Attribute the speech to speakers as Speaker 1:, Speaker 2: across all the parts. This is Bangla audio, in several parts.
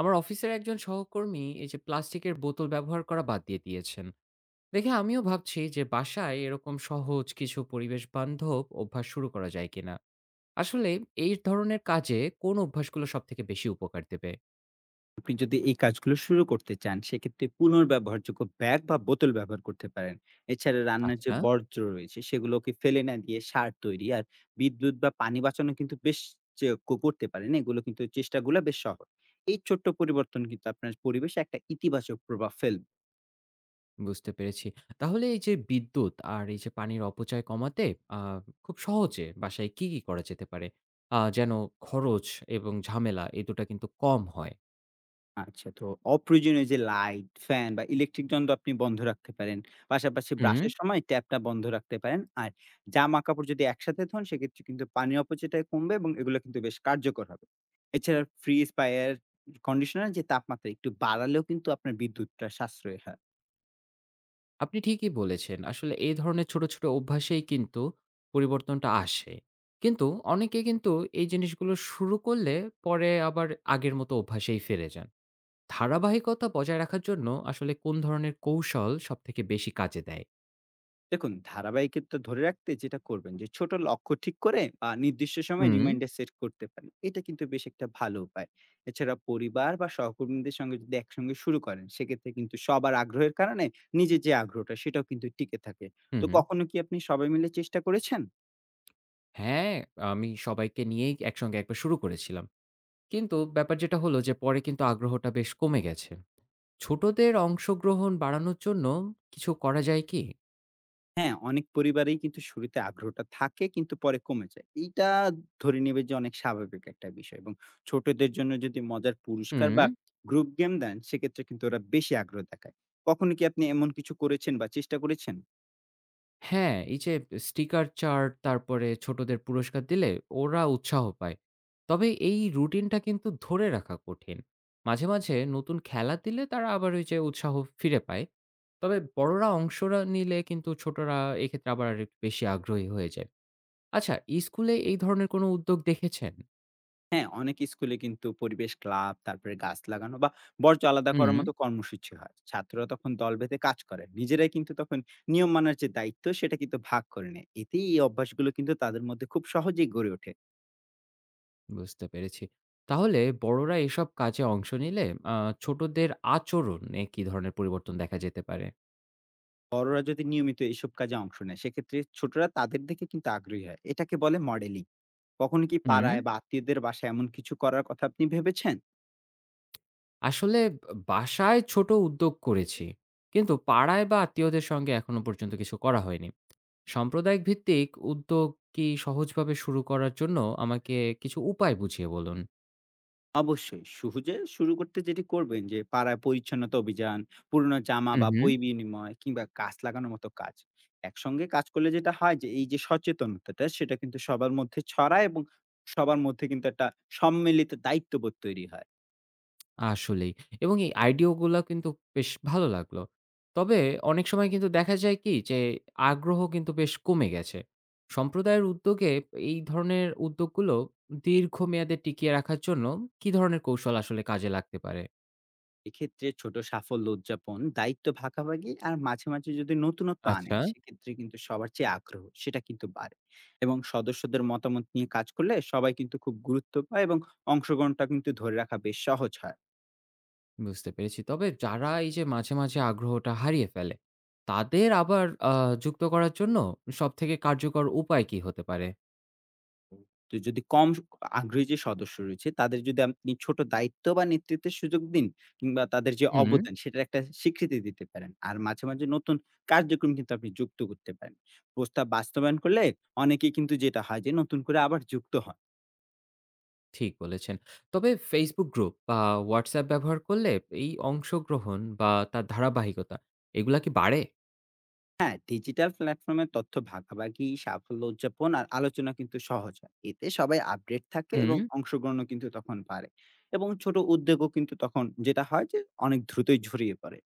Speaker 1: আমার অফিসের একজন সহকর্মী এই যে প্লাস্টিকের বোতল ব্যবহার করা বাদ দিয়ে দিয়েছেন দেখে আমিও ভাবছি যে বাসায় এরকম সহজ কিছু পরিবেশ বান্ধব অভ্যাস শুরু করা যায় কিনা। আসলে এই ধরনের কাজে কোন অভ্যাসগুলো সব থেকে বেশি উপকার দেবে?
Speaker 2: আপনি যদি এই কাজগুলো শুরু করতে চান, সেক্ষেত্রে পুনর্ব্যবহারযোগ্য ব্যাগ বা বোতল ব্যবহার করতে পারেন। এছাড়া রান্নার
Speaker 1: আচ্ছা,
Speaker 2: যে
Speaker 1: না,
Speaker 2: বর্জ্য রয়েছে, সেগুলোকে ফেলে না দিয়ে সার তৈরি আর বিদ্যুৎ বা পানি বাঁচানো কিন্তু বেশ চে কো করতে পারেন। এগুলো কিন্তু চেষ্টাগুলা বেশ সহজ। এই ছোট্ট পরিবর্তন কিন্তু আপনার পরিবেশে একটা ইতিবাচক প্রভাব ফেলবে।
Speaker 1: বুঝতে পেরেছি। তাহলে এই যে বিদ্যুৎ আর এই যে পানির অপচয় কমাতে, আহ, খুব সহজে বাসায় কি কি করা যেতে পারে, যেন খরচ এবং ঝামেলা এই দুটো কিন্তু কম হয়?
Speaker 2: আচ্ছা, তো অপ্রয়োজনীয় যে লাইট, ফ্যান বা ইলেকট্রিক যন্ত্র আপনি বন্ধ রাখতে পারেন। পাশাপাশি
Speaker 1: হুম।
Speaker 2: ব্রাশের সময় ট্যাপটা বন্ধ রাখতে পারেন। আর জামা-কাপড় যদি একসাথে ধোন, সেক্ষেত্রে কিন্তু পানির অপচয়টা কমবে এবং এগুলো কিন্তু বেশ কার্যকর হবে। এছাড়া ফ্রিজ বা এয়ার কন্ডিশনার যে তাপমাত্রা একটু বাড়ালেও কিন্তু আপনার বিদ্যুৎটা সাশ্রয় হয়।
Speaker 1: আপনি ঠিকই বলেছেন। আসলে এই ধরনের ছোট, ছোট অভ্যাসেই কিন্তু পরিবর্তনটা আসে। কিন্তু অনেকে কিন্তু এই জিনিসগুলো শুরু করলে পরে আবার আগের মতো অভ্যাসেই ফিরে যান। ধারাবাহিকতা বজায় রাখার জন্য আসলে কোন ধরনের কৌশল সবথেকে বেশি কাজে দেয়?
Speaker 2: দেখুন, ধারাবাহিকতা ধরে রাখতে যেটা করবেন যে ছোট লক্ষ্য ঠিক করে বা নির্দিষ্ট সময়
Speaker 1: হুম।
Speaker 2: রিমাইন্ডার সেট করতে পারেন, এটা কিন্তু বেশ একটা ভালো উপায়। এছাড়া পরিবার বা সহকর্মীদের সঙ্গে যদি একসঙ্গে শুরু করেন, সেক্ষেত্রে কিন্তু সবার আগ্রহের কারণে নিজের যে আগ্রহটা, সেটাও কিন্তু টিকে থাকে।
Speaker 1: হুম,
Speaker 2: তো
Speaker 1: হুম।
Speaker 2: কখনো কি আপনি সবাই মিলে চেষ্টা করেছেন?
Speaker 1: হ্যাঁ, আমি সবাইকে নিয়েই একসঙ্গে একবার শুরু করেছিলাম। কিন্তু ব্যাপার যেটা হলো যে পরে কিন্তু আগ্রহটা বেশ কমে গেছে। ছোটদের অংশগ্রহণ বাড়ানোর জন্য কিছু করা যায় কি?
Speaker 2: হ্যাঁ, অনেক পরিবারেই কিন্তু শুরুতে আগ্রহটা থাকে, কিন্তু পরে কমে যায়। এইটা ধরে নেবে যে অনেক স্বাভাবিক একটা বিষয়, এবং ছোটদের জন্য যদি মজার পুরস্কার
Speaker 1: হুম।
Speaker 2: বা গ্রুপ গেম দেন, সেক্ষেত্রে কিন্তু ওরা বেশি আগ্রহ দেখায়। কখনো কি আপনি এমন কিছু করেছেন বা চেষ্টা করেছেন?
Speaker 1: হ্যাঁ, এই যে স্টিকার চার্ট তারপরে ছোটদের পুরস্কার দিলে ওরা উৎসাহ পায়। তবে এই রুটিনটা কিন্তু ধরে রাখা কঠিন। মাঝে, মাঝে নতুন খেলা দিলে তারা আবার ওই যে উৎসাহ ফিরে পায়। তবে বড়রা অংশরা নিলে কিন্তু ছোটরা এক্ষেত্রে আবার আরেকটু বেশি আগ্রহী হয়ে যায়। আচ্ছা, স্কুলে এই ধরনের কোনো উদ্যোগ দেখেছেন?
Speaker 2: হ্যাঁ, অনেক স্কুলে কিন্তু পরিবেশ ক্লাব, তারপরে গাছ লাগানো বা বর্জ্য আলাদা করার
Speaker 1: হুম,
Speaker 2: মতো কর্মসূচি হয়। ছাত্ররা তখন দল বেঁধে কাজ করে। নিজেরাই কিন্তু তখন নিয়ম মানার যে দায়িত্ব, সেটা কিন্তু ভাগ করে নেয়। এতেই এই অভ্যাসগুলো কিন্তু তাদের মধ্যে খুব সহজেই গড়ে ওঠে।
Speaker 1: বুঝতে পেরেছি। তাহলে বড়রা এসব কাজে অংশ নিলে আ ছোটদের আচরণে কি ধরনের পরিবর্তন দেখা যেতে পারে?
Speaker 2: বড়রা যদি নিয়মিত এসব কাজে অংশ নেয়, সেক্ষেত্রে ছোটরা তাদের দেখে কিন্তু আগ্রহী হয়। এটাকে বলে মডেলিং। কখনো কি
Speaker 1: হুম।
Speaker 2: পাড়ায় বা আত্মীয়দের বাসায় এমন কিছু করার কথা আপনি ভেবেছেন?
Speaker 1: আসলে বাসায় ছোট উদ্যোগ করেছি। কিন্তু পাড়ায় বা আত্মীয়দের সঙ্গে এখনো পর্যন্ত কিছু করা হয়নি। সাম্প্রদায়িক ভিত্তিক উদ্যোগ কি সহজভাবে শুরু করার জন্য আমাকে কিছু উপায় বুঝিয়ে বলুন।
Speaker 2: অবশ্যই, সহজে শুরু করতে যেটি করবেন যে পাড়ায় পরিচ্ছন্নতা অভিযান, পুরনো জামা
Speaker 1: হু,
Speaker 2: বা
Speaker 1: হু।
Speaker 2: বই বিনিময় কিংবা গাছ লাগানোর মতো কাজ একসঙ্গে কাজ করলে যেটা হয় যে এই যে সচেতনতাটা, সেটা কিন্তু সবার মধ্যে ছড়ায় এবং সবার মধ্যে কিন্তু একটা সম্মিলিত দায়িত্ববোধ তৈরি হয়।
Speaker 1: আসলেই। এবং এই আইডিয়াগুলা কিন্তু বেশ ভালো লাগলো। তবে অনেক সময় কিন্তু দেখা যায় কি যে আগ্রহ কিন্তু বেশ কমে গেছে। সম্প্রদায়ের উদ্যোগে এই ধরনের উদ্যোগগুলো দীর্ঘমেয়াদে টিকিয়ে রাখার জন্য কি ধরনের কৌশল আসলে কাজে লাগতে পারে?
Speaker 2: এক্ষেত্রে ছোট সাফল্য উদযাপন, দায়িত্ব ভাগাভাগি আর মাঝে মাঝে যদি নতুনত্ব
Speaker 1: আচ্ছা।
Speaker 2: আনেন, সেক্ষেত্রে কিন্তু সবার যে আগ্রহ, সেটা কিন্তু বাড়ে। এবং সদস্যদের মতামত নিয়ে কাজ করলে সবাই কিন্তু খুব গুরুত্ব পায় এবং অংশগ্রহণটা কিন্তু ধরে রাখা বেশ সহজ হয়।
Speaker 1: বুঝতে পেরেছি। তবে যারা এই যে মাঝে, মাঝে আগ্রহটা হারিয়ে ফেলে, তাদের আবার যুক্ত করার জন্য সবথেকে কার্যকর উপায় কি হতে পারে?
Speaker 2: তো যদি কম স আগ্রহী যে সদস্য রয়েছে, তাদের যদি আপনি ছোট দায়িত্ব বা নেতৃত্বের সুযোগ দিন কিংবা তাদের যে
Speaker 1: হুম।
Speaker 2: অবদান, সেটার একটা স্বীকৃতি দিতে পারেন। আর মাঝে মাঝে নতুন কার্যক্রম কিন্তু আপনি যুক্ত করতে পারেন। প্রস্তাব বাস্তবায়ন করলে অনেকেই কিন্তু, যেটা হয় যে, নতুন করে আবার যুক্ত হন।
Speaker 1: ঠিক বলেছেন। তবে Facebook গ্রুপ বা WhatsApp ব্যবহার করলে এই অংশগ্রহণ বা তার ধারাবাহিকতা এগুলা কি বাড়ে?
Speaker 2: হ্যাঁ, ডিজিটাল প্ল্যাটফর্মে তথ্য ভাগাভাগি, সাফল্য উদযাপন আর আলোচনা কিন্তু সহজ হয়। এতে সবাই আপডেট থাকে
Speaker 1: হুম।
Speaker 2: এবং অংশগ্রহণও কিন্তু তখন বাড়ে। এবং ছোট উদ্যোগও কিন্তু তখন, যেটা হয় যে, অনেক দ্রুতই ছড়িয়ে পড়ে।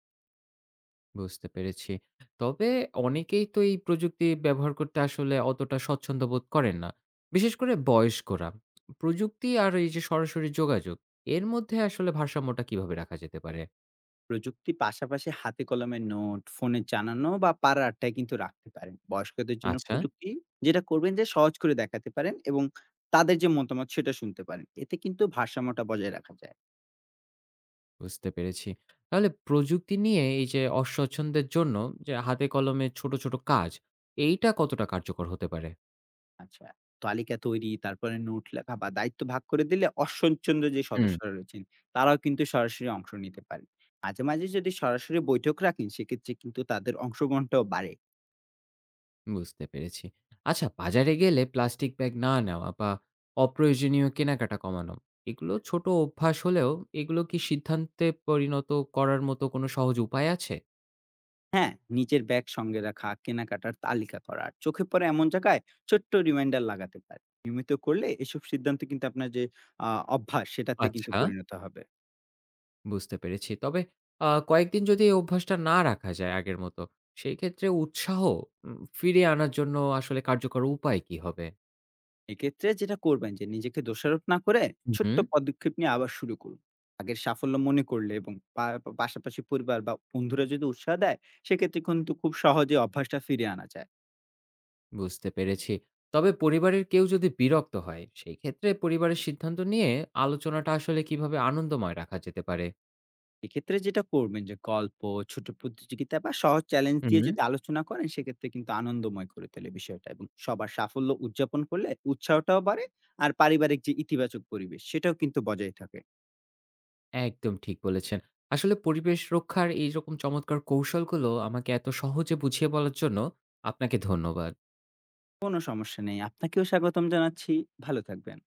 Speaker 1: বুঝতে পেরেছি। তবে অনেকেই তো এই প্রযুক্তি ব্যবহার করতে আসলে অতটা স্বচ্ছন্দ বোধ করেন না। বিশেষ করে বয়স্করা। প্রযুক্তি আর এই যে সরাসরি যোগাযোগ, এর মধ্যে আসলে ভারসাম্যটা কিভাবে রাখা যেতে পারে?
Speaker 2: প্রযুক্তি পাশাপাশি হাতে কলমে নোট, ফোনে জানানো বা পাড়ার আড্ডায় কিন্তু রাখতে পারেন। বয়স্কদের জন্য
Speaker 1: আচ্ছা,
Speaker 2: প্রযুক্তি যেটা করবেন যে সহজ করে দেখাতে পারেন এবং তাদের যে মতামত, সেটা শুনতে পারেন। এতে কিন্তু ভারসাম্যটা বজায় রাখা যায়।
Speaker 1: বুঝতে পেরেছি। তাহলে প্রযুক্তি নিয়ে এই যে অস্বচ্ছন্দের জন্য যে হাতে কলমে ছোট, ছোট কাজ, এইটা কতটা কার্যকর হতে পারে?
Speaker 2: আচ্ছা। তালিকা তৈরি, তারপরে নোট লেখা বা দায়িত্ব ভাগ করে দিলে অস্বচ্ছন্দ যে
Speaker 1: হুম।
Speaker 2: সদস্যরা রয়েছেন, তারাও কিন্তু সরাসরি অংশ নিতে পারেন। মাঝে মাঝে যদি সরাসরি বৈঠক রাখেন, সেক্ষেত্রে কিন্তু তাদের অংশগ্রহণটাও বাড়ে।
Speaker 1: বুঝতে পেরেছি। আচ্ছা, বাজারে গেলে প্লাস্টিক ব্যাগ না নেওয়া বা অপ্রয়োজনীয় কেনাকাটা কমানো, এগুলো ছোট অভ্যাস হলেও এগুলো কি সিদ্ধান্তে পরিণত করার মতো কোনো সহজ উপায় আছে?
Speaker 2: হ্যাঁ, নিজের ব্যাগ সঙ্গে রাখা, কেনাকাটার তালিকা করা, আর চোখে পড়ে এমন জায়গায় ছোট্ট রিমাইন্ডার লাগাতে পারেন। নিয়মিত করলে এসব সিদ্ধান্ত কিন্তু আপনার যে আ অভ্যাস, সেটাতে কিন্তু
Speaker 1: আচ্ছা,
Speaker 2: পরিণত হবে।
Speaker 1: বুঝতে পেরেছি। তবে কয়েকদিন যদি এই অভ্যাসটা না রাখা যায় আগের মতো, সেই ক্ষেত্রে উৎসাহ ফিরিয়ে আনার জন্য আসলে কার্যকর উপায় কি হবে?
Speaker 2: এক্ষেত্রে যেটা করবেন যে নিজেকে দোষারোপ না করে ছোট্ট
Speaker 1: হুম,
Speaker 2: পদক্ষেপ নিয়ে আবার শুরু করুন। আগের সাফল্য মনে করলে এবং পা- পা- পাশাপাশি পরিবার বা বন্ধুরা যদি উৎসাহ দেয়, সেক্ষেত্রে কিন্তু খুব সহজে অভ্যাসটা ফিরে আনা যায়।
Speaker 1: বুঝতে পেরেছি। তবে পরিবারের কেউ যদি বিরক্ত হয়, সেই ক্ষেত্রে পরিবারের সিদ্ধান্ত নিয়ে আলোচনাটা আসলে কিভাবে আনন্দময় রাখা যেতে পারে?
Speaker 2: এক্ষেত্রে যেটা করবেন যে গল্প, ছোট প্রতিযোগিতা বা সহজ চ্যালেঞ্জ
Speaker 1: হুম,
Speaker 2: দিয়ে যদি আলোচনা করেন, সেক্ষেত্রে কিন্তু আনন্দময় করে তোলে বিষয়টা এবং সবার সাফল্য উদযাপন করলে উৎসাহটাও বাড়ে। আর পারিবারিক যে ইতিবাচক পরিবেশ, সেটাও কিন্তু বজায় থাকে।
Speaker 1: একদম ঠিক বলেছেন। আসলে পরিবেশ রক্ষার এইরকম চমৎকার কৌশলগুলো আমাকে এত সহজে বুঝিয়ে বলার জন্য আপনাকে ধন্যবাদ।
Speaker 2: কোনো সমস্যা নেই, আপনাকেও স্বাগতম জানাচ্ছি। ভালো থাকবেন।